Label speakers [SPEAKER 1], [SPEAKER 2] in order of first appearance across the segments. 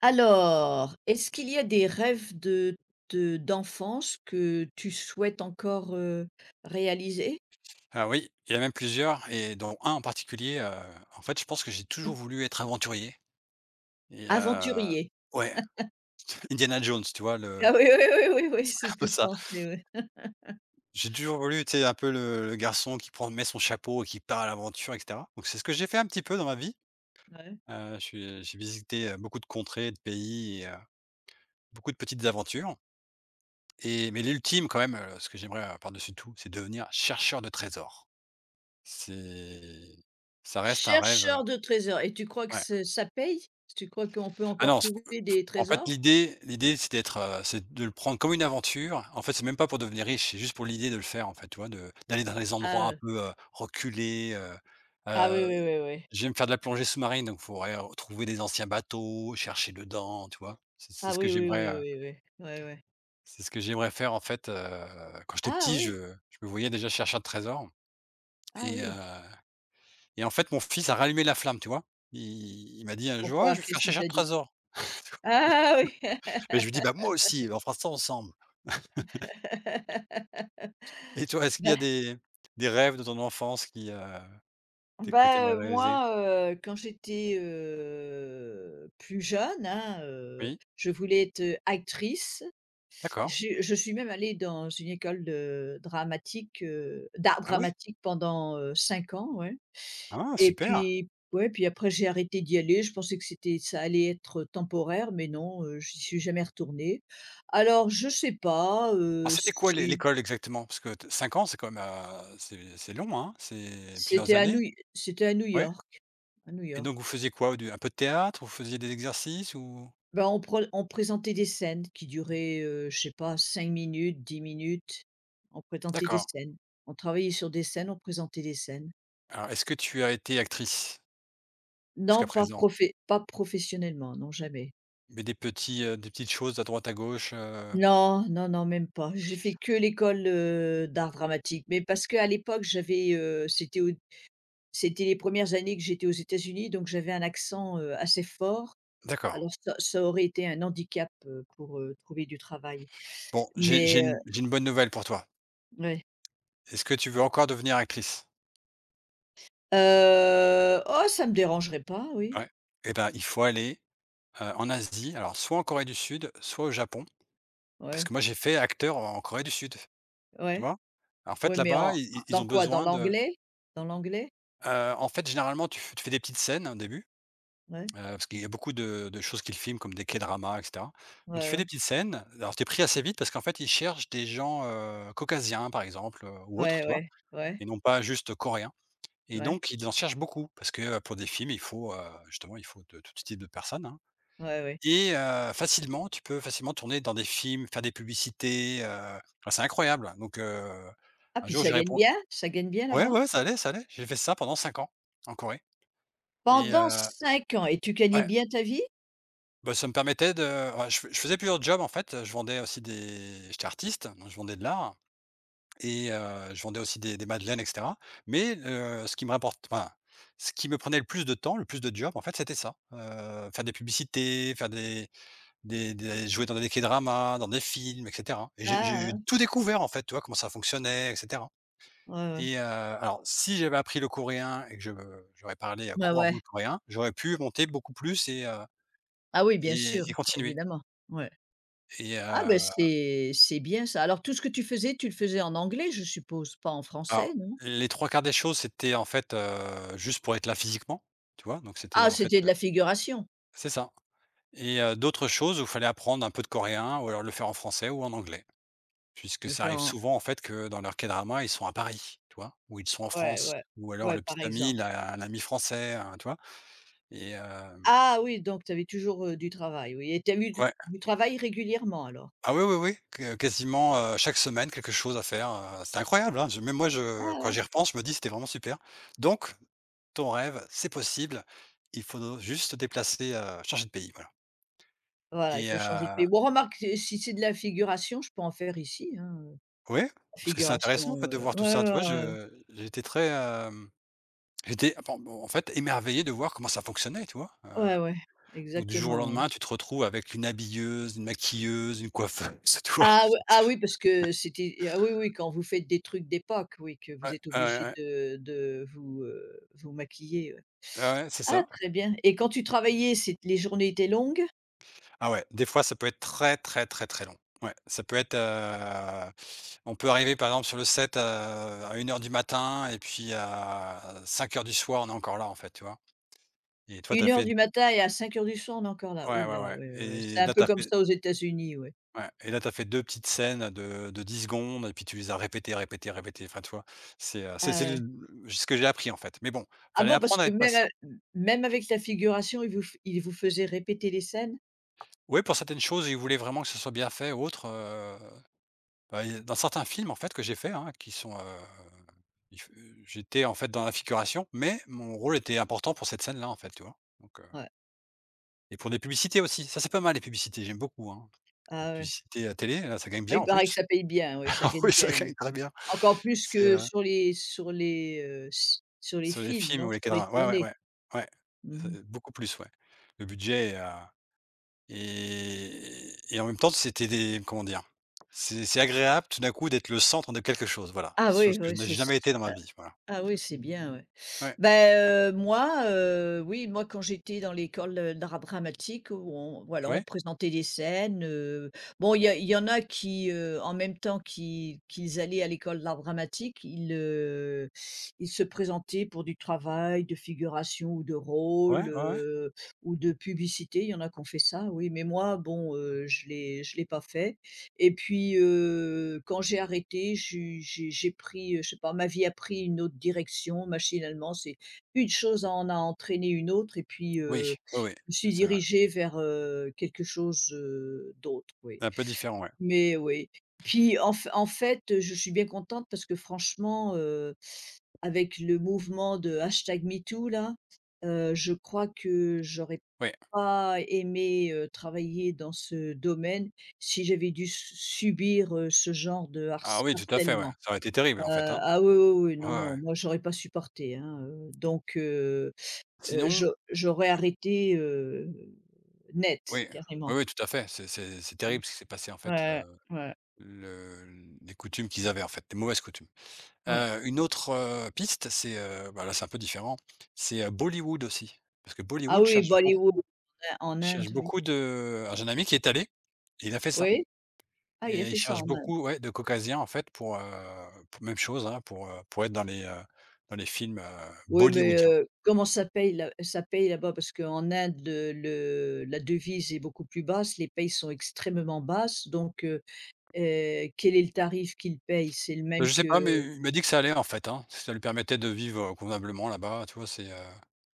[SPEAKER 1] Alors, est-ce qu'il y a des rêves de d'enfance que tu souhaites encore, réaliser?
[SPEAKER 2] Ah oui, il y en a même plusieurs et dont un en particulier, en fait, je pense que j'ai toujours voulu être aventurier et heu
[SPEAKER 1] Aventurier.
[SPEAKER 2] ouais, Indiana Jones, tu vois? Le
[SPEAKER 1] Ah oui, oui, oui, oui, oui, c'est
[SPEAKER 2] un
[SPEAKER 1] ce que
[SPEAKER 2] peu
[SPEAKER 1] je
[SPEAKER 2] ça.
[SPEAKER 1] pensais, ouais.
[SPEAKER 2] J'ai toujours voulu, tu sais, un peu le garçon qui prend met son chapeau et qui part à l'aventure et cetera. Donc c'est ce que j'ai fait un petit peu dans ma vie.
[SPEAKER 1] Ouais.
[SPEAKER 2] Je suis J'ai visité, beaucoup de contrées, de pays et beaucoup de petites aventures mais l'ultime quand même, ce que j'aimerais, par-dessus tout, c'est devenir chercheur de trésors. C'est ça reste un rêve.
[SPEAKER 1] Chercheur de trésors et tu crois que ce ça paye? Tu crois qu'on peut
[SPEAKER 2] Ah
[SPEAKER 1] encore
[SPEAKER 2] non,
[SPEAKER 1] trouver
[SPEAKER 2] faut
[SPEAKER 1] des
[SPEAKER 2] en fait,
[SPEAKER 1] trésors?
[SPEAKER 2] l'idée, c'est d'être, c'est de le prendre comme une aventure. En fait, c'est même pas pour devenir riche, c'est juste pour l'idée de le faire, en fait, tu vois? De d'aller dans les
[SPEAKER 1] Ah,
[SPEAKER 2] endroits un peu, reculés.
[SPEAKER 1] ah oui,
[SPEAKER 2] Heu,
[SPEAKER 1] oui, oui, oui.
[SPEAKER 2] J'aime faire de la plongée sous-marine, donc il faudrait trouver des anciens bateaux, chercher dedans, tu vois? C'est
[SPEAKER 1] Ah
[SPEAKER 2] ce que
[SPEAKER 1] oui, oui,
[SPEAKER 2] j'aimerais,
[SPEAKER 1] oui, oui, oui. Ouais, ouais.
[SPEAKER 2] c'est ce que j'aimerais faire, en fait. Quand j'étais
[SPEAKER 1] Ah
[SPEAKER 2] petit,
[SPEAKER 1] oui,
[SPEAKER 2] je me voyais déjà chercher de trésors
[SPEAKER 1] ah
[SPEAKER 2] et
[SPEAKER 1] oui.
[SPEAKER 2] heu et en fait, mon fils a rallumé la flamme, tu vois? Il m'a dit un jour: «Ah,
[SPEAKER 1] Pourquoi?
[SPEAKER 2] je vais faire
[SPEAKER 1] Qu'est-ce qu'il
[SPEAKER 2] chercher de
[SPEAKER 1] t'a dit?
[SPEAKER 2] trésors».
[SPEAKER 1] Ah oui.
[SPEAKER 2] Mais je lui dis: «Bah, moi aussi, on fera ça ensemble». Et toi, est-ce qu'il y a
[SPEAKER 1] Bah
[SPEAKER 2] des rêves de ton enfance qui, t que tu
[SPEAKER 1] Bah,
[SPEAKER 2] aimerais
[SPEAKER 1] heu,
[SPEAKER 2] réaliser?
[SPEAKER 1] moi, quand j'étais, plus jeune, hein,
[SPEAKER 2] Oui?
[SPEAKER 1] je voulais être actrice.
[SPEAKER 2] D'accord.
[SPEAKER 1] Je suis même allée dans une école d'art
[SPEAKER 2] Ah oui.
[SPEAKER 1] dramatique pendant, 5 ans, ouais,
[SPEAKER 2] Ah
[SPEAKER 1] et
[SPEAKER 2] super!
[SPEAKER 1] puis ouais, puis après j'ai arrêté d'y aller. Je pensais que c'était ça allait être temporaire, mais non, j'y suis jamais retournée. Alors je sais pas,
[SPEAKER 2] Alors c'était quoi l'é l'école exactement? Parce que t 5 ans, c'est quand même, c'est long, hein? C'est
[SPEAKER 1] c'était
[SPEAKER 2] plusieurs
[SPEAKER 1] à
[SPEAKER 2] années?
[SPEAKER 1] New c'était à New
[SPEAKER 2] Ouais?
[SPEAKER 1] York, à New
[SPEAKER 2] Et
[SPEAKER 1] York.
[SPEAKER 2] donc vous faisiez quoi, au un peu de théâtre? Vous faisiez des exercices ou?
[SPEAKER 1] Bah, on présentait des scènes qui duraient, je sais pas, 5 minutes, 10 minutes. On présentait des
[SPEAKER 2] D'accord.
[SPEAKER 1] scènes. On travaillait sur des scènes, on présentait des scènes.
[SPEAKER 2] Alors est-ce que tu as été actrice jusqu'à
[SPEAKER 1] Non,
[SPEAKER 2] présent?
[SPEAKER 1] pas professionnellement, non, jamais.
[SPEAKER 2] Mais des petites choses à droite à gauche,
[SPEAKER 1] Non, non, non, même pas. J'ai fait que l'école, d'art dramatique, mais parce qu'à l'époque j'avais, c'était les premières années que j'étais aux États-Unis, donc j'avais un accent, assez fort.
[SPEAKER 2] D'accord.
[SPEAKER 1] Alors ça aurait été un handicap, pour, trouver du travail.
[SPEAKER 2] Bon, j'ai
[SPEAKER 1] Mais,
[SPEAKER 2] j'ai une j'ai une bonne nouvelle pour toi.
[SPEAKER 1] ouais.
[SPEAKER 2] Est-ce que tu veux encore devenir actrice?
[SPEAKER 1] Oh, ça me dérangerait pas, oui.
[SPEAKER 2] Ouais. Eh ben, il faut aller en Asie, alors soit en Corée du Sud, soit au Japon, parce
[SPEAKER 1] Ouais,
[SPEAKER 2] que moi j'ai fait acteur en Corée du Sud, tu
[SPEAKER 1] ouais.
[SPEAKER 2] vois? En fait
[SPEAKER 1] Ouais, mais en
[SPEAKER 2] là-bas, i i ils
[SPEAKER 1] dans
[SPEAKER 2] ont
[SPEAKER 1] quoi? Dans
[SPEAKER 2] besoin de.
[SPEAKER 1] l'anglais? Dans l'anglais?
[SPEAKER 2] En fait généralement tu fais des petites scènes au début,
[SPEAKER 1] Ouais,
[SPEAKER 2] parce qu'il y a beaucoup de choses qu'ils filment comme des K-dramas et cetera. Donc tu
[SPEAKER 1] ouais,
[SPEAKER 2] fais des
[SPEAKER 1] ouais.
[SPEAKER 2] petites scènes, alors t'es pris assez vite parce qu'en fait ils cherchent des gens, caucasiens par exemple, ou autres,
[SPEAKER 1] Ouais,
[SPEAKER 2] tu vois?
[SPEAKER 1] ouais, ouais,
[SPEAKER 2] Et non pas juste coréens. Et
[SPEAKER 1] ouais,
[SPEAKER 2] donc ils en cherchent beaucoup parce que, pour des films justement il faut de tout type de personnes, hein.
[SPEAKER 1] ouais, ouais.
[SPEAKER 2] Facilement, tu peux facilement tourner dans des films, faire des publicités, enfin, c'est incroyable. Donc
[SPEAKER 1] Ah,
[SPEAKER 2] un
[SPEAKER 1] puis
[SPEAKER 2] jour
[SPEAKER 1] ça
[SPEAKER 2] j'ai
[SPEAKER 1] gagne
[SPEAKER 2] répondu
[SPEAKER 1] bien? Ça gagne bien
[SPEAKER 2] ouais,
[SPEAKER 1] là-bas?
[SPEAKER 2] ouais, ça allait, ça allait. J'ai fait ça pendant 5 ans en Corée. et
[SPEAKER 1] Pendant
[SPEAKER 2] heu,
[SPEAKER 1] 5 ans, et tu gagnais
[SPEAKER 2] ouais,
[SPEAKER 1] bien ta vie?
[SPEAKER 2] bah, ça me permettait de ouais, je faisais plusieurs jobs en fait, je vendais aussi des j'étais artiste, donc je vendais de l'art je vendais aussi des madeleines et cetera. Mais heu, ce qui me rapporte enfin, Ce qui me prenait le plus de temps, le plus de job en fait, c'était ça, faire des publicités, faire des jouer dans des K-dramas, dans des films et cetera. Et j'ai
[SPEAKER 1] Ah ouais,
[SPEAKER 2] j'ai tout découvert en fait, tu vois? Comment ça fonctionnait et cetera.
[SPEAKER 1] ouais, ouais.
[SPEAKER 2] Alors si j'avais appris le coréen et que je j'aurais parlé,
[SPEAKER 1] Bah, ouais.
[SPEAKER 2] couramment le coréen, j'aurais pu monter beaucoup plus et heu
[SPEAKER 1] Ah oui, bien
[SPEAKER 2] et
[SPEAKER 1] sûr,
[SPEAKER 2] et continuer.
[SPEAKER 1] évidemment. Ouais.
[SPEAKER 2] et
[SPEAKER 1] Ah bah,
[SPEAKER 2] heu,
[SPEAKER 1] c'est bien ça. Alors tout ce que tu faisais, tu le faisais en anglais, je suppose? Pas en
[SPEAKER 2] alors
[SPEAKER 1] français, non?
[SPEAKER 2] les trois quarts des choses, c'était en fait, juste pour être là physiquement, tu vois? Donc c'était
[SPEAKER 1] Ah,
[SPEAKER 2] en fait.
[SPEAKER 1] c'était de la figuration?
[SPEAKER 2] C'est ça. D'autres choses où il fallait apprendre un peu de coréen ou alors le faire en français ou en anglais. Puisque
[SPEAKER 1] Le
[SPEAKER 2] ça
[SPEAKER 1] faire
[SPEAKER 2] arrive
[SPEAKER 1] en
[SPEAKER 2] souvent, en fait, que dans leurs K-dramas, ils sont à Paris, tu vois? Ou ils sont en
[SPEAKER 1] Ouais,
[SPEAKER 2] France,
[SPEAKER 1] ouais.
[SPEAKER 2] ou alors
[SPEAKER 1] Ouais,
[SPEAKER 2] le petit
[SPEAKER 1] par
[SPEAKER 2] ami,
[SPEAKER 1] exemple.
[SPEAKER 2] il a un ami français, hein, tu vois? Et hem,
[SPEAKER 1] Ah oui, donc tu avais toujours, du travail, oui, et tu as eu du
[SPEAKER 2] ouais.
[SPEAKER 1] du travail régulièrement alors?
[SPEAKER 2] Ah oui, oui, oui, que quasiment, chaque semaine, quelque chose à faire, c'est incroyable, hein. Je Même moi, je
[SPEAKER 1] Ah
[SPEAKER 2] quand
[SPEAKER 1] ouais.
[SPEAKER 2] j'y repense, je me dis: «C'était vraiment super». Donc ton rêve, c'est possible, il faut juste te déplacer, changer de pays, voilà.
[SPEAKER 1] Voilà, il
[SPEAKER 2] Et
[SPEAKER 1] faut changer de
[SPEAKER 2] heu
[SPEAKER 1] pays. Bon, remarque, si c'est de la figuration, je peux en faire ici, hein,
[SPEAKER 2] ouais, parce que c'est intéressant,
[SPEAKER 1] figuration,
[SPEAKER 2] en fait, de voir tout ça, tu
[SPEAKER 1] ouais,
[SPEAKER 2] vois?
[SPEAKER 1] ouais,
[SPEAKER 2] Je j'étais très, hem, j'étais, enfin, bon, en fait, émerveillé de voir comment ça fonctionnait, tu vois?
[SPEAKER 1] ouais, ouais, ouais,
[SPEAKER 2] Donc du jour au
[SPEAKER 1] exactement, ouais.
[SPEAKER 2] lendemain, tu te retrouves avec une habilleuse, une maquilleuse, une coiffeuse, tu vois?
[SPEAKER 1] Ah ouais, ah oui, parce que c'était ah oui, oui, quand vous faites des trucs d'époque, oui, que vous
[SPEAKER 2] Ouais,
[SPEAKER 1] êtes
[SPEAKER 2] ouais,
[SPEAKER 1] obligé
[SPEAKER 2] ouais,
[SPEAKER 1] de vous, vous maquiller, ouais.
[SPEAKER 2] ouais, ouais, c'est
[SPEAKER 1] Ah,
[SPEAKER 2] ça.
[SPEAKER 1] très bien, et quand tu travaillais, c'est les journées étaient longues?
[SPEAKER 2] Ah ouais, des fois, ça peut être très, très, très, très long. Ouais, ça peut être, on peut arriver, par exemple, sur le set, à 1 heure du matin et puis à 5 heures du soir, on est encore là, en fait, tu vois? Et toi,
[SPEAKER 1] Une
[SPEAKER 2] t'as
[SPEAKER 1] heure
[SPEAKER 2] fait d
[SPEAKER 1] du matin et à 5h du soir, on est encore là. Ouh
[SPEAKER 2] ouais,
[SPEAKER 1] là,
[SPEAKER 2] ouais, ouais
[SPEAKER 1] ouais, ouais, ouais. C'est
[SPEAKER 2] et
[SPEAKER 1] un
[SPEAKER 2] là,
[SPEAKER 1] peu
[SPEAKER 2] t'as
[SPEAKER 1] comme
[SPEAKER 2] fait
[SPEAKER 1] ça aux États-Unis, ouais.
[SPEAKER 2] ouais et là, t'as fait 2 petites scènes de 10 secondes et puis tu les as répétées, répétées, répétées, enfin, tu vois?
[SPEAKER 1] Ah
[SPEAKER 2] C'est le
[SPEAKER 1] ouais.
[SPEAKER 2] ce que j'ai appris, en fait, mais bon,
[SPEAKER 1] Ah
[SPEAKER 2] fallait
[SPEAKER 1] bon, parce
[SPEAKER 2] apprendre à
[SPEAKER 1] que
[SPEAKER 2] être patient.
[SPEAKER 1] même avec la figuration, ils vous faisaient répéter les scènes?
[SPEAKER 2] Oui, pour certaines choses, ils voulaient vraiment que ce soit bien fait ou autre, bah, il y a dans certains films, en fait, que j'ai fait, hein, qui sont, il f j'étais, en fait, dans la figuration, mais mon rôle était important pour cette scène-là, en fait, tu vois?
[SPEAKER 1] Ouais.
[SPEAKER 2] Et pour des publicités aussi, ça, c'est pas mal les publicités, j'aime beaucoup, hein. Les
[SPEAKER 1] Ah ouais.
[SPEAKER 2] publicités à télé, là, ça gagne
[SPEAKER 1] Ah,
[SPEAKER 2] bien
[SPEAKER 1] il
[SPEAKER 2] en
[SPEAKER 1] paraît que
[SPEAKER 2] plus.
[SPEAKER 1] ça paye bien, oui, ça
[SPEAKER 2] Ah
[SPEAKER 1] gagne
[SPEAKER 2] oui,
[SPEAKER 1] bien,
[SPEAKER 2] ça
[SPEAKER 1] les
[SPEAKER 2] gagne très
[SPEAKER 1] films.
[SPEAKER 2] bien.
[SPEAKER 1] Encore plus
[SPEAKER 2] C'est,
[SPEAKER 1] que sur les
[SPEAKER 2] sur les
[SPEAKER 1] films,
[SPEAKER 2] films
[SPEAKER 1] non?
[SPEAKER 2] ou les
[SPEAKER 1] Sur les
[SPEAKER 2] quadras, ouais, ouais,
[SPEAKER 1] tournées.
[SPEAKER 2] ouais. Ouais,
[SPEAKER 1] Mmh.
[SPEAKER 2] beaucoup plus, ouais. Le budget Et en même temps, c'était des, comment dire? C'est agréable tout d'un coup d'être le centre de quelque chose, voilà.
[SPEAKER 1] Ah oui,
[SPEAKER 2] Chose que
[SPEAKER 1] oui.
[SPEAKER 2] je n'ai
[SPEAKER 1] c'est
[SPEAKER 2] jamais été dans ma vie, voilà.
[SPEAKER 1] Ah oui, c'est bien, ouais.
[SPEAKER 2] Ouais,
[SPEAKER 1] Ben, moi, oui, moi, quand j'étais dans l'école, d'art dramatique, où on, voilà, on
[SPEAKER 2] ouais,
[SPEAKER 1] présentait des scènes, bon, il y en a qui, en même temps qu'ils allaient à l'école d'art dramatique, ils, ils se présentaient pour du travail de figuration ou de rôle,
[SPEAKER 2] ouais, ouais, ouais.
[SPEAKER 1] ou de publicité. Il y en a qui ont fait ça, oui, mais moi, bon, je l'ai pas fait. Et puis, quand j'ai arrêté, j'ai pris, je sais pas, ma vie a pris une autre direction machinalement. C'est Une chose en a entraîné une autre, et puis,
[SPEAKER 2] Oui, oui, oui,
[SPEAKER 1] je me suis
[SPEAKER 2] c'est vrai.
[SPEAKER 1] dirigée vers, quelque chose, d'autre, oui.
[SPEAKER 2] Un peu différent, ouais.
[SPEAKER 1] Mais oui. Puis en fait, je suis bien contente parce que, franchement, avec le mouvement de #MeToo là, je crois que j'aurais
[SPEAKER 2] Oui.
[SPEAKER 1] pas aimé, travailler dans ce domaine si j'avais dû s subir, ce genre de
[SPEAKER 2] Ah oui, tout à fait, ouais.
[SPEAKER 1] harcèlement.
[SPEAKER 2] Ça aurait été
[SPEAKER 1] Heu,
[SPEAKER 2] terrible, en fait, hein.
[SPEAKER 1] ah oui, oui, oui,
[SPEAKER 2] Ouais,
[SPEAKER 1] non,
[SPEAKER 2] ouais,
[SPEAKER 1] non,
[SPEAKER 2] ouais.
[SPEAKER 1] moi j'aurais pas supporté, hein, donc je
[SPEAKER 2] Sinon
[SPEAKER 1] j'aurais arrêté, net,
[SPEAKER 2] Oui, oui,
[SPEAKER 1] carrément.
[SPEAKER 2] oui, tout à fait. C'est
[SPEAKER 1] Mmh.
[SPEAKER 2] terrible ce qui s'est passé, en fait.
[SPEAKER 1] Ouais, ouais,
[SPEAKER 2] Le les coutumes qu'ils avaient, en fait, les mauvaises coutumes.
[SPEAKER 1] ouais.
[SPEAKER 2] Une autre, piste, bah, là, c'est un peu différent, Bollywood aussi. Parce que
[SPEAKER 1] Ah
[SPEAKER 2] Bollywood
[SPEAKER 1] oui,
[SPEAKER 2] cherche
[SPEAKER 1] Bollywood,
[SPEAKER 2] beaucoup.
[SPEAKER 1] en
[SPEAKER 2] Je cherche
[SPEAKER 1] Inde, oui.
[SPEAKER 2] beaucoup de Alors j'ai un ami qui est allé et il a fait ça
[SPEAKER 1] Oui? Ah, il a
[SPEAKER 2] et il
[SPEAKER 1] fait ça
[SPEAKER 2] cherche
[SPEAKER 1] en Inde?
[SPEAKER 2] beaucoup, ouais, de caucasiens, en fait, pour même chose, hein, pour être dans les films,
[SPEAKER 1] Oui, mais
[SPEAKER 2] bollywoodiens.
[SPEAKER 1] comment ça paye là-bas? Parce qu'en Inde, le la devise est beaucoup plus basse, les payes sont extrêmement basses, donc quel est le tarif qu'ils payent? C'est le même
[SPEAKER 2] Je sais pas,
[SPEAKER 1] que
[SPEAKER 2] mais il m'a dit que ça allait, en fait, hein. si Ça lui permettait de vivre, convenablement là-bas, tu vois?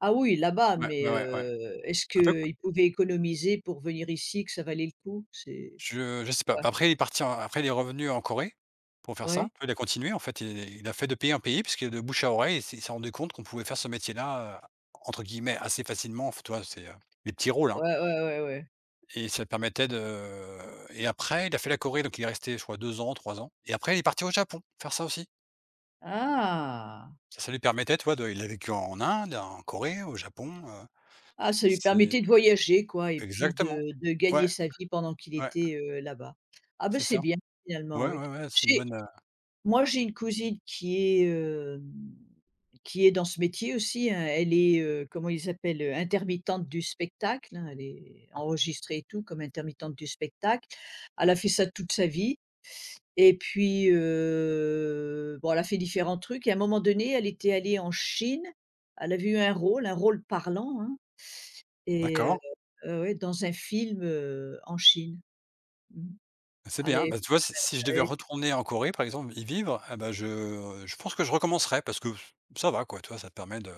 [SPEAKER 1] Ah oui, là-bas,
[SPEAKER 2] Ouais,
[SPEAKER 1] mais
[SPEAKER 2] ouais, ouais, ouais.
[SPEAKER 1] est-ce
[SPEAKER 2] Un peu
[SPEAKER 1] qu'ils pouvaient économiser pour venir ici, que ça valait le coup? C'est
[SPEAKER 2] je sais pas.
[SPEAKER 1] Ouais,
[SPEAKER 2] Bah, après il est revenu en Corée pour faire
[SPEAKER 1] ouais,
[SPEAKER 2] ça. Il a continué, en fait, il a fait de pays en pays puisque de bouche à oreille, il s'est rendu compte qu'on pouvait faire ce métier-là, entre guillemets «assez facilement». Enfin, tu vois? C'est, des petits rôles, hein.
[SPEAKER 1] ouais, ouais, ouais, ouais.
[SPEAKER 2] Et ça permettait de Et après, il a fait la Corée, donc il est resté je crois 2 ans, 3 ans et après il est parti au Japon, faire ça aussi.
[SPEAKER 1] Ah!
[SPEAKER 2] Ça lui permettait, tu vois, de il a vécu en Inde, en Corée, au Japon.
[SPEAKER 1] Ah, ça lui
[SPEAKER 2] C'est
[SPEAKER 1] permettait de voyager, quoi, et puis
[SPEAKER 2] exactement.
[SPEAKER 1] de
[SPEAKER 2] Ouais,
[SPEAKER 1] gagner sa vie pendant qu'il
[SPEAKER 2] ouais,
[SPEAKER 1] était, là-bas. Ah ben
[SPEAKER 2] c'est
[SPEAKER 1] c'est
[SPEAKER 2] ça.
[SPEAKER 1] bien,
[SPEAKER 2] Ouais,
[SPEAKER 1] finalement, oui.
[SPEAKER 2] ouais, ouais, c'est une bonne.
[SPEAKER 1] Moi, j'ai une cousine qui est, qui est dans ce métier aussi, hein. Elle est, comment ils appellent? Intermittente du spectacle, hein. Elle est enregistrée et tout comme intermittente du spectacle. Elle a fait ça toute sa vie, et puis, bon, elle a fait différents trucs, et à un moment donné, elle était allée en Chine. Elle avait eu un rôle parlant, hein, et
[SPEAKER 2] D'accord,
[SPEAKER 1] ouais, dans un film, en Chine. Mmh.
[SPEAKER 2] c'est
[SPEAKER 1] Elle
[SPEAKER 2] bien.
[SPEAKER 1] avait
[SPEAKER 2] Bah, tu vois, si je devais
[SPEAKER 1] fait
[SPEAKER 2] retourner en Corée, par exemple, y vivre, ah ben je pense que je recommencerais parce que ça va quoi, tu vois? Ça te permet de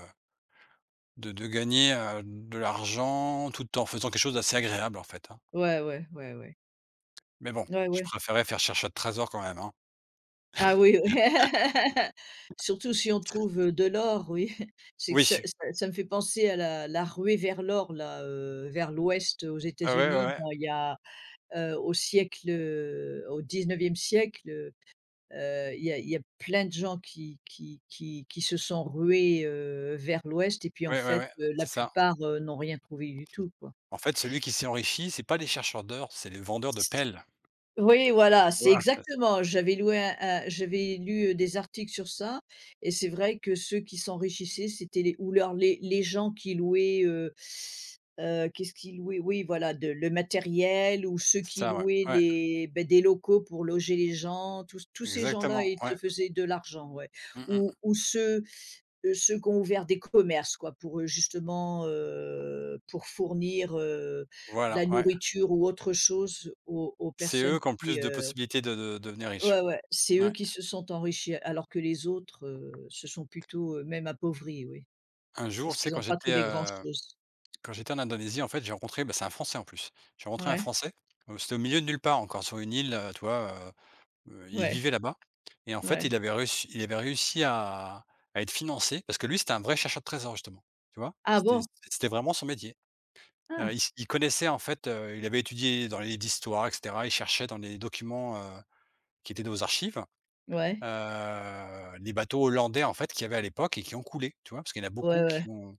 [SPEAKER 2] de de gagner, de l'argent tout en faisant quelque chose d'assez agréable, en fait, hein.
[SPEAKER 1] Ouais, ouais, ouais, ouais.
[SPEAKER 2] Mais bon,
[SPEAKER 1] Ouais,
[SPEAKER 2] je
[SPEAKER 1] ouais.
[SPEAKER 2] préférais faire chercheur de trésors quand même, hein.
[SPEAKER 1] Ah oui, oui. Surtout si on trouve, de l'or, oui. C'est que ça
[SPEAKER 2] Oui.
[SPEAKER 1] ça ça me fait penser à la ruée vers l'or là, vers l'ouest aux
[SPEAKER 2] Ah ouais, ouais,
[SPEAKER 1] États-Unis,
[SPEAKER 2] ouais.
[SPEAKER 1] dans, il y a, au 19e siècle, il y a plein de gens qui se sont rués, vers l'ouest, et puis en
[SPEAKER 2] Ouais, ouais,
[SPEAKER 1] fait,
[SPEAKER 2] ouais,
[SPEAKER 1] la
[SPEAKER 2] c'est ça.
[SPEAKER 1] plupart, n'ont rien trouvé du tout, quoi.
[SPEAKER 2] En fait, celui qui s'est enrichi, c'est pas les chercheurs d'or, c'est les vendeurs de pelles.
[SPEAKER 1] Oui, voilà,
[SPEAKER 2] Tu
[SPEAKER 1] c'est exactement. J'avais loué un J'avais lu, des articles sur ça, et c'est vrai que ceux qui s'enrichissaient, c'était les ou leurs les gens qui louaient, qu'est-ce qu'ils louaient? Oui, voilà, de le matériel, ou ceux
[SPEAKER 2] C'est
[SPEAKER 1] qui
[SPEAKER 2] ça, ouais.
[SPEAKER 1] louaient
[SPEAKER 2] Ouais,
[SPEAKER 1] des locaux pour loger les gens, tous ces gens-là,
[SPEAKER 2] exactement,
[SPEAKER 1] ils se
[SPEAKER 2] ouais.
[SPEAKER 1] faisaient de l'argent, ouais.
[SPEAKER 2] Mmh mh.
[SPEAKER 1] Ou ceux Ceux qui ont ouvert des commerces, quoi, pour, justement, pour fournir, de
[SPEAKER 2] Voilà,
[SPEAKER 1] la
[SPEAKER 2] ouais.
[SPEAKER 1] nourriture ou autre chose aux
[SPEAKER 2] C'est eux
[SPEAKER 1] personnes
[SPEAKER 2] qui ont le
[SPEAKER 1] qui,
[SPEAKER 2] plus de possibilités de devenir riches.
[SPEAKER 1] ouais, ouais, c'est eux
[SPEAKER 2] Ouais.
[SPEAKER 1] qui se sont enrichis, alors que les autres, se sont plutôt, même appauvris, oui,
[SPEAKER 2] Un jour,
[SPEAKER 1] parce
[SPEAKER 2] tu sais,
[SPEAKER 1] qu'ils
[SPEAKER 2] quand
[SPEAKER 1] n'ont pas
[SPEAKER 2] j'étais,
[SPEAKER 1] trouvé grand
[SPEAKER 2] heu,
[SPEAKER 1] chose.
[SPEAKER 2] quand j'étais en Indonésie, en fait, j'ai rencontré bah, c'est un Français en plus. J'ai rencontré un
[SPEAKER 1] Ouais,
[SPEAKER 2] Français, c'était au milieu de nulle part encore sur une île, tu vois, il
[SPEAKER 1] ouais,
[SPEAKER 2] vivait là-bas et en fait,
[SPEAKER 1] ouais.
[SPEAKER 2] il avait réussi à être financé parce que lui, c'était un vrai chercheur de trésors justement, tu vois?
[SPEAKER 1] Ah bon?
[SPEAKER 2] C'était vraiment son métier.
[SPEAKER 1] Ah!
[SPEAKER 2] Il connaissait en fait, il avait étudié dans les livres d'histoire et cetera. Il cherchait dans les documents, qui étaient dans aux archives,
[SPEAKER 1] Ouais.
[SPEAKER 2] les bateaux hollandais en fait qu'il y avait à l'époque et qui ont coulé, tu vois? Parce qu'il y en a
[SPEAKER 1] Ouais,
[SPEAKER 2] beaucoup
[SPEAKER 1] ouais.
[SPEAKER 2] qui ont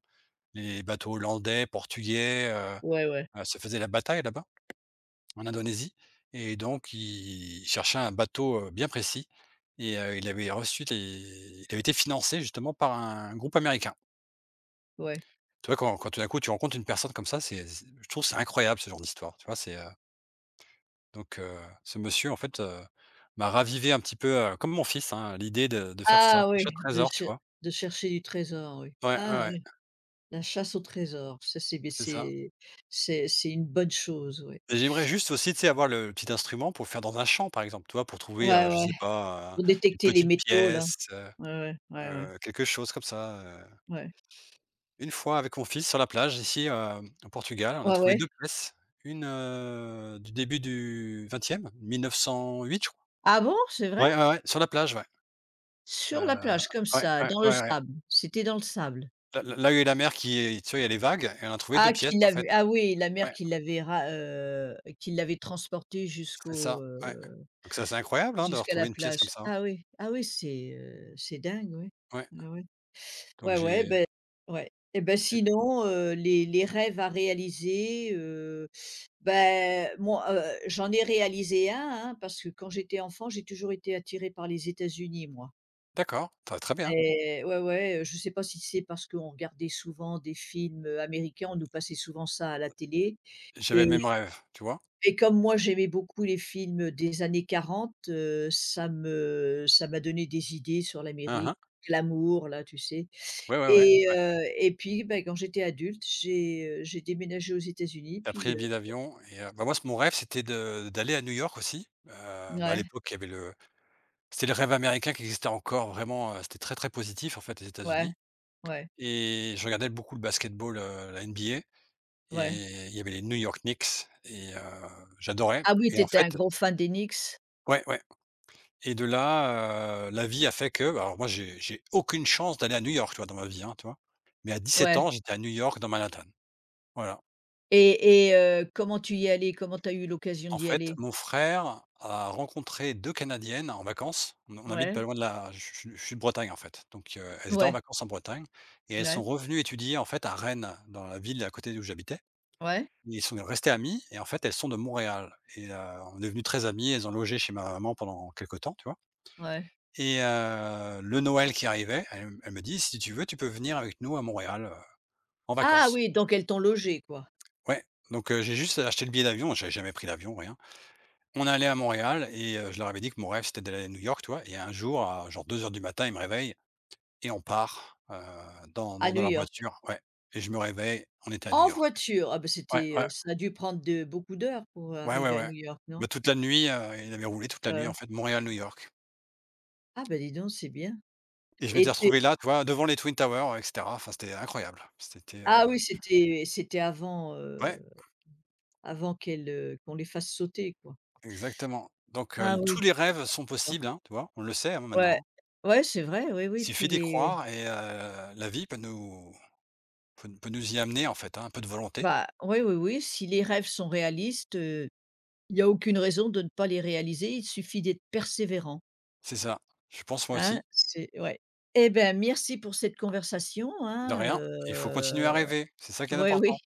[SPEAKER 2] les bateaux hollandais, portugais,
[SPEAKER 1] Ouais, ouais,
[SPEAKER 2] se faisaient la bataille là-bas en Indonésie et donc il cherchait un bateau, bien précis et il avait été financé justement par un groupe américain.
[SPEAKER 1] ouais.
[SPEAKER 2] Tu vois quand tout d'un coup tu rencontres une personne comme ça, c'est je trouve que c'est incroyable ce genre d'histoire, tu vois? Donc ce monsieur en fait, m'a ravivé un petit peu, comme mon fils, hein, l'idée de faire ça,
[SPEAKER 1] Ah
[SPEAKER 2] chasse
[SPEAKER 1] oui,
[SPEAKER 2] trésor, tu vois?
[SPEAKER 1] de chercher du trésor, oui.
[SPEAKER 2] Ouais, ouais,
[SPEAKER 1] Ah!
[SPEAKER 2] ouais,
[SPEAKER 1] La chasse au trésor, ça c'est beh,
[SPEAKER 2] c'est ça.
[SPEAKER 1] c'est une bonne chose, ouais.
[SPEAKER 2] Et j'aimerais juste aussi, tu sais, avoir le petit instrument pour faire dans un champ, par exemple, tu vois? Pour trouver,
[SPEAKER 1] Ouais,
[SPEAKER 2] je
[SPEAKER 1] ouais.
[SPEAKER 2] sais pas,
[SPEAKER 1] Pour
[SPEAKER 2] une
[SPEAKER 1] détecter les
[SPEAKER 2] petite
[SPEAKER 1] métaux là.
[SPEAKER 2] pièce,
[SPEAKER 1] Ouais, ouais, ouais, ouais,
[SPEAKER 2] quelque chose comme ça.
[SPEAKER 1] ouais.
[SPEAKER 2] Une fois avec mon fils sur la plage ici, au Portugal, on a
[SPEAKER 1] Ouais,
[SPEAKER 2] trouvé
[SPEAKER 1] ouais.
[SPEAKER 2] 2 pièces, une, du début du 20e, 1908 je crois.
[SPEAKER 1] Ah bon, c'est vrai?
[SPEAKER 2] Ouais, ouais, ouais, sur la plage, ouais,
[SPEAKER 1] Sur la
[SPEAKER 2] heu,
[SPEAKER 1] plage comme
[SPEAKER 2] ouais,
[SPEAKER 1] ça,
[SPEAKER 2] ouais,
[SPEAKER 1] dans le
[SPEAKER 2] ouais, ouais.
[SPEAKER 1] sable? C'était dans le sable?
[SPEAKER 2] Là où il y a la mer qui est tu vois, il y a les vagues et on a trouvé
[SPEAKER 1] Ah
[SPEAKER 2] 2 pièces
[SPEAKER 1] qu'il
[SPEAKER 2] en
[SPEAKER 1] l'avait
[SPEAKER 2] fait.
[SPEAKER 1] Ah oui, la mer
[SPEAKER 2] Ouais,
[SPEAKER 1] qui l'avait ra qui l'avait transporté
[SPEAKER 2] c'est ça, ouais. Donc ça, c'est incroyable, hein, de
[SPEAKER 1] jusqu'à la
[SPEAKER 2] retrouver une pièce comme
[SPEAKER 1] plage.
[SPEAKER 2] ça, hein.
[SPEAKER 1] Ah oui, ah oui, c'est dingue, ouais.
[SPEAKER 2] Ouais,
[SPEAKER 1] Ouais, ouais.
[SPEAKER 2] donc
[SPEAKER 1] Ouais, ouais, beh ouais. Et ben
[SPEAKER 2] j'ai
[SPEAKER 1] sinon, les rêves à réaliser, ben moi, j'en ai réalisé un, hein, parce que quand j'étais enfant, j'ai toujours été attirée par les États-Unis, moi,
[SPEAKER 2] d'accord, très très bien.
[SPEAKER 1] et ouais, ouais, je sais pas si c'est parce qu'on regardait souvent des films américains, on nous passait souvent ça à la télé,
[SPEAKER 2] J'avais
[SPEAKER 1] et
[SPEAKER 2] le même rêve, tu vois?
[SPEAKER 1] comme moi, j'aimais beaucoup les films, des années 40, ça m'a donné des idées sur
[SPEAKER 2] Hein,
[SPEAKER 1] l'Amérique,
[SPEAKER 2] hein.
[SPEAKER 1] l'amour, là, tu sais,
[SPEAKER 2] Ouais, ouais, ouais, ouais.
[SPEAKER 1] et puis, bah, quand j'étais adulte, j'ai déménagé aux États-Unis,
[SPEAKER 2] Tu pris
[SPEAKER 1] puis,
[SPEAKER 2] le billet d'avion et bah, moi, c mon rêve, c'était de d'aller à New York aussi, bah, à
[SPEAKER 1] ouais,
[SPEAKER 2] l'époque, il y avait le c'était le rêve américain qui existait encore vraiment, c'était très, très positif en fait aux
[SPEAKER 1] ouais,
[SPEAKER 2] États-Unis
[SPEAKER 1] ouais,
[SPEAKER 2] et je regardais beaucoup le basketball, la NBA
[SPEAKER 1] ouais.
[SPEAKER 2] et il y avait les New York Knicks et j'adorais
[SPEAKER 1] Ah oui, tu
[SPEAKER 2] et en
[SPEAKER 1] étais un
[SPEAKER 2] fait,
[SPEAKER 1] gros fan d'Enix?
[SPEAKER 2] ouais, ouais, et de là, la vie a fait que bah, alors moi j'ai aucune chance d'aller à New York, tu vois? Dans ma vie, hein, tu vois? Mais à 17
[SPEAKER 1] Ouais,
[SPEAKER 2] ans, j'étais à New York dans Manhattan. Voilà.
[SPEAKER 1] et comment tu y es allé? Comment tu as eu l'occasion
[SPEAKER 2] En
[SPEAKER 1] d'y
[SPEAKER 2] fait,
[SPEAKER 1] aller?
[SPEAKER 2] mon frère a rencontré 2 Canadiennes en vacances. On habite
[SPEAKER 1] Ouais,
[SPEAKER 2] pas loin de la. Je suis de Bretagne, en fait, donc elles étaient en
[SPEAKER 1] ouais,
[SPEAKER 2] vacances en Bretagne et elles
[SPEAKER 1] ouais,
[SPEAKER 2] sont revenues étudier, en fait, à Rennes, dans la ville à côté d'où j'habitais.
[SPEAKER 1] ouais,
[SPEAKER 2] Ils sont restés amis et en fait, elles sont de Montréal et on est devenus très amis. Elles ont logé chez ma maman pendant quelques temps, tu vois?
[SPEAKER 1] ouais.
[SPEAKER 2] Et le Noël qui arrivait, elle me dit: «Si tu veux, tu peux venir avec nous à Montréal, en
[SPEAKER 1] Ah
[SPEAKER 2] vacances».
[SPEAKER 1] oui, donc elles t'ont logé, quoi,
[SPEAKER 2] Ouais, donc j'ai juste acheté le billet d'avion, j'avais jamais pris l'avion, rien. On allait à Montréal et je leur avais dit que mon rêve, c'était d'aller à New York, toi. Et un jour, à genre 2 heures du matin, ils me réveillent et on part,
[SPEAKER 1] à New
[SPEAKER 2] dans leur
[SPEAKER 1] York?
[SPEAKER 2] voiture, ouais, et je me réveille, on était à New
[SPEAKER 1] En
[SPEAKER 2] York.
[SPEAKER 1] voiture? Ah ben
[SPEAKER 2] Ouais, ouais,
[SPEAKER 1] ça a dû prendre de beaucoup d'heures pour
[SPEAKER 2] ouais, ouais,
[SPEAKER 1] arriver à
[SPEAKER 2] ouais.
[SPEAKER 1] New York, non?
[SPEAKER 2] Bah, toute la nuit, ils avaient roulé toute la nuit, en
[SPEAKER 1] Heu,
[SPEAKER 2] fait, Montréal-New York
[SPEAKER 1] ah ben dis donc, c'est bien.
[SPEAKER 2] et je m'étais
[SPEAKER 1] Et tu
[SPEAKER 2] retrouvé là, tu vois, devant les Twin Towers et cetera. Enfin, c'était incroyable.
[SPEAKER 1] Ah oui, c'était avant,
[SPEAKER 2] Ouais,
[SPEAKER 1] qu'on les fasse sauter, quoi?
[SPEAKER 2] exactement. Donc
[SPEAKER 1] Ah oui,
[SPEAKER 2] tous les rêves
[SPEAKER 1] d'accord.
[SPEAKER 2] sont possibles, hein, tu vois? On le sait, hein,
[SPEAKER 1] Ouais,
[SPEAKER 2] maintenant, hein.
[SPEAKER 1] ouais, c'est vrai, oui,
[SPEAKER 2] Il
[SPEAKER 1] oui. tous
[SPEAKER 2] suffit d'y
[SPEAKER 1] les
[SPEAKER 2] croire et la vie peut nous peut peut nous y amener, en fait, hein, un peu de volonté.
[SPEAKER 1] Bah, oui, oui, oui, si les rêves sont réalistes, il y a aucune raison de ne pas les réaliser, il suffit d'être persévérant,
[SPEAKER 2] C'est ça. Je pense moi
[SPEAKER 1] hein,
[SPEAKER 2] aussi.
[SPEAKER 1] c'est ouais. Eh ben, merci pour cette conversation,
[SPEAKER 2] De
[SPEAKER 1] hein,
[SPEAKER 2] rien. Il faut continuer à rêver. C'est ça qui est
[SPEAKER 1] ouais, oui.
[SPEAKER 2] important.